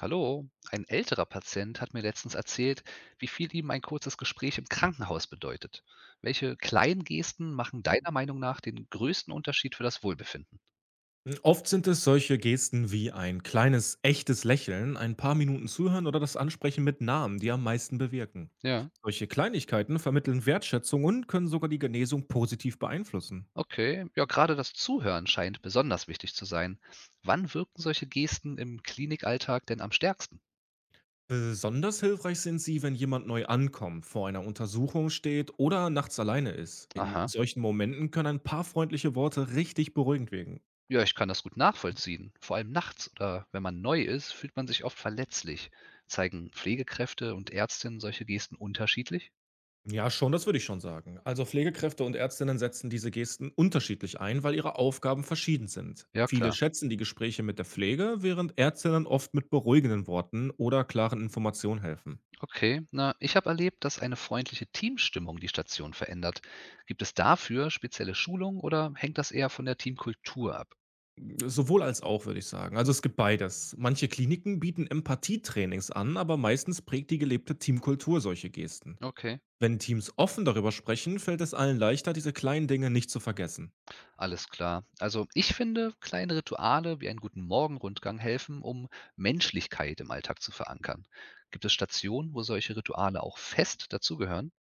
Hallo, ein älterer Patient hat mir letztens erzählt, wie viel ihm ein kurzes Gespräch im Krankenhaus bedeutet. Welche kleinen Gesten machen deiner Meinung nach den größten Unterschied für das Wohlbefinden? Oft sind es solche Gesten wie ein kleines, echtes Lächeln, ein paar Minuten zuhören oder das Ansprechen mit Namen, die am meisten bewirken. Ja, Solche Kleinigkeiten vermitteln Wertschätzung und können sogar die Genesung positiv beeinflussen. okay. Ja, gerade das Zuhören scheint besonders wichtig zu sein. Wann wirken solche Gesten im Klinikalltag denn am stärksten? Besonders hilfreich sind sie, wenn jemand neu ankommt, vor einer Untersuchung steht oder nachts alleine ist. In Aha. solchen Momenten können ein paar freundliche Worte richtig beruhigend wirken. Ja, ich kann das gut nachvollziehen. Vor allem nachts oder wenn man neu ist, fühlt man sich oft verletzlich. Zeigen Pflegekräfte und Ärztinnen solche Gesten unterschiedlich? Ja, schon, das würde ich schon sagen. Also Pflegekräfte und Ärztinnen setzen diese Gesten unterschiedlich ein, weil ihre Aufgaben verschieden sind. Ja, Viele klar. schätzen die Gespräche mit der Pflege, während Ärztinnen oft mit beruhigenden Worten oder klaren Informationen helfen. Okay, na, ich habe erlebt, dass eine freundliche Teamstimmung die Station verändert. Gibt es dafür spezielle Schulungen oder hängt das eher von der Teamkultur ab? Sowohl als auch, würde ich sagen. Also es gibt beides. Manche Kliniken bieten Empathietrainings an, aber meistens prägt die gelebte Teamkultur solche Gesten. Okay, Wenn Teams offen darüber sprechen, fällt es allen leichter, diese kleinen Dinge nicht zu vergessen. alles klar. Also ich finde, kleine Rituale wie einen guten Morgenrundgang helfen, um Menschlichkeit im Alltag zu verankern. Gibt es Stationen, wo solche Rituale auch fest dazugehören?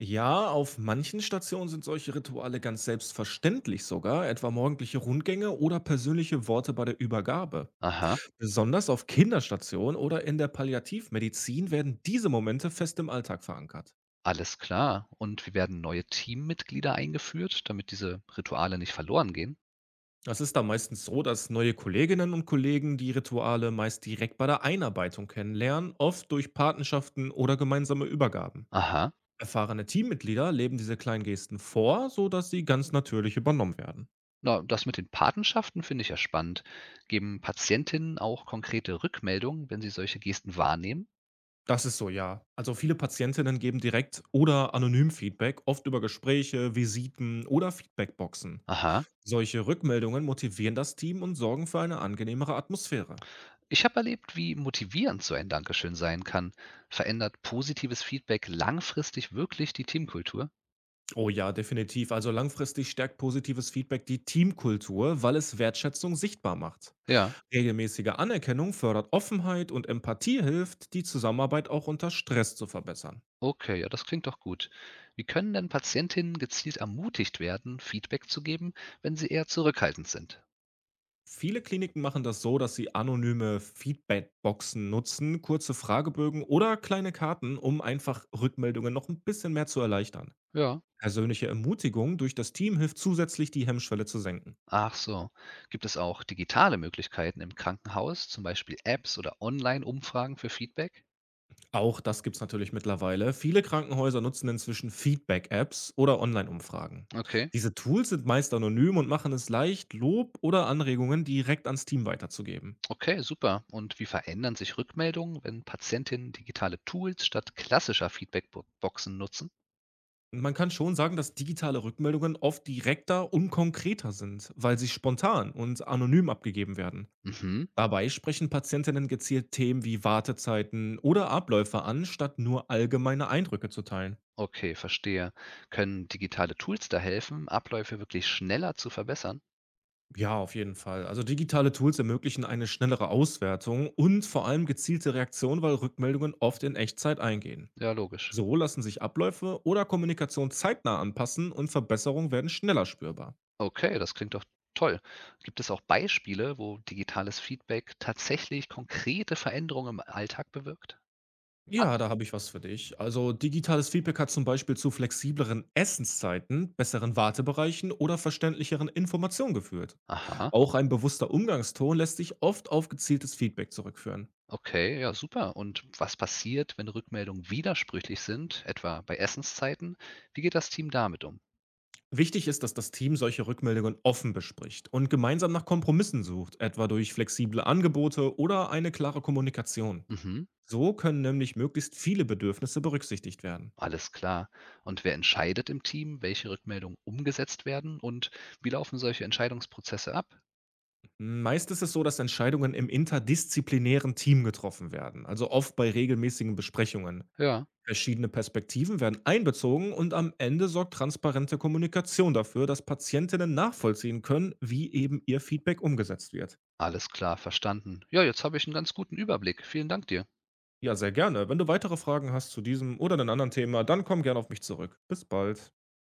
Ja, auf manchen Stationen sind solche Rituale ganz selbstverständlich sogar, etwa morgendliche Rundgänge oder persönliche Worte bei der Übergabe. Aha, Besonders auf Kinderstationen oder in der Palliativmedizin werden diese Momente fest im Alltag verankert. alles klar. Und wie werden neue Teammitglieder eingeführt, damit diese Rituale nicht verloren gehen? Es ist dann meistens so, dass neue Kolleginnen und Kollegen die Rituale meist direkt bei der Einarbeitung kennenlernen, oft durch Patenschaften oder gemeinsame Übergaben. Aha. Erfahrene Teammitglieder leben diese kleinen Gesten vor, sodass sie ganz natürlich übernommen werden. Na, das mit den Patenschaften finde ich ja spannend. Geben Patientinnen auch konkrete Rückmeldungen, wenn sie solche Gesten wahrnehmen? Das ist so, ja. Also viele Patientinnen geben direkt oder anonym Feedback, oft über Gespräche, Visiten oder Feedbackboxen. Aha. Solche Rückmeldungen motivieren das Team und sorgen für eine angenehmere Atmosphäre. Ich habe erlebt, wie motivierend so ein Dankeschön sein kann. Verändert positives Feedback langfristig wirklich die Teamkultur? Oh ja, definitiv. Also langfristig stärkt positives Feedback die Teamkultur, weil es Wertschätzung sichtbar macht. Ja, Regelmäßige Anerkennung fördert Offenheit und Empathie hilft, die Zusammenarbeit auch unter Stress zu verbessern. okay, ja, das klingt doch gut. Wie können denn Patientinnen gezielt ermutigt werden, Feedback zu geben, wenn sie eher zurückhaltend sind? Viele Kliniken machen das so, dass sie anonyme Feedbackboxen nutzen, kurze Fragebögen oder kleine Karten, um einfach Rückmeldungen noch ein bisschen mehr zu erleichtern. Ja. Persönliche Ermutigung durch das Team hilft zusätzlich, die Hemmschwelle zu senken. Ach so. Gibt es auch digitale Möglichkeiten im Krankenhaus, zum Beispiel Apps oder Online-Umfragen für Feedback? Auch das gibt's natürlich mittlerweile. Viele Krankenhäuser nutzen inzwischen Feedback-Apps oder Online-Umfragen. Okay. Diese Tools sind meist anonym und machen es leicht, Lob oder Anregungen direkt ans Team weiterzugeben. Okay, super. Und wie verändern sich Rückmeldungen, wenn Patientinnen digitale Tools statt klassischer Feedbackboxen nutzen? Man kann schon sagen, dass digitale Rückmeldungen oft direkter und konkreter sind, weil sie spontan und anonym abgegeben werden. Mhm. Dabei sprechen Patientinnen gezielt Themen wie Wartezeiten oder Abläufe an, statt nur allgemeine Eindrücke zu teilen. Okay, verstehe. Können digitale Tools da helfen, Abläufe wirklich schneller zu verbessern? Ja, auf jeden Fall. Also digitale Tools ermöglichen eine schnellere Auswertung und vor allem gezielte Reaktion, weil Rückmeldungen oft in Echtzeit eingehen. Ja, logisch. So lassen sich Abläufe oder Kommunikation zeitnah anpassen und Verbesserungen werden schneller spürbar. Okay, das klingt doch toll. Gibt es auch Beispiele, wo digitales Feedback tatsächlich konkrete Veränderungen im Alltag bewirkt hat? Ja, da habe ich was für dich. Also digitales Feedback hat zum Beispiel zu flexibleren Essenszeiten, besseren Wartebereichen oder verständlicheren Informationen geführt. Aha. Auch ein bewusster Umgangston lässt sich oft auf gezieltes Feedback zurückführen. Okay, ja, super. Und was passiert, wenn Rückmeldungen widersprüchlich sind, etwa bei Essenszeiten? Wie geht das Team damit um? Wichtig ist, dass das Team solche Rückmeldungen offen bespricht und gemeinsam nach Kompromissen sucht, etwa durch flexible Angebote oder eine klare Kommunikation. Mhm, So können nämlich möglichst viele Bedürfnisse berücksichtigt werden. alles klar. Und wer entscheidet im Team, welche Rückmeldungen umgesetzt werden und wie laufen solche Entscheidungsprozesse ab? Meist ist es so, dass Entscheidungen im interdisziplinären Team getroffen werden, also oft bei regelmäßigen Besprechungen. Ja, Verschiedene Perspektiven werden einbezogen und am Ende sorgt transparente Kommunikation dafür, dass Patientinnen nachvollziehen können, wie eben ihr Feedback umgesetzt wird. alles klar, verstanden. Ja, jetzt habe ich einen ganz guten Überblick. Vielen Dank dir. Ja, sehr gerne. Wenn du weitere Fragen hast zu diesem oder einem anderen Thema, dann komm gerne auf mich zurück. Bis bald.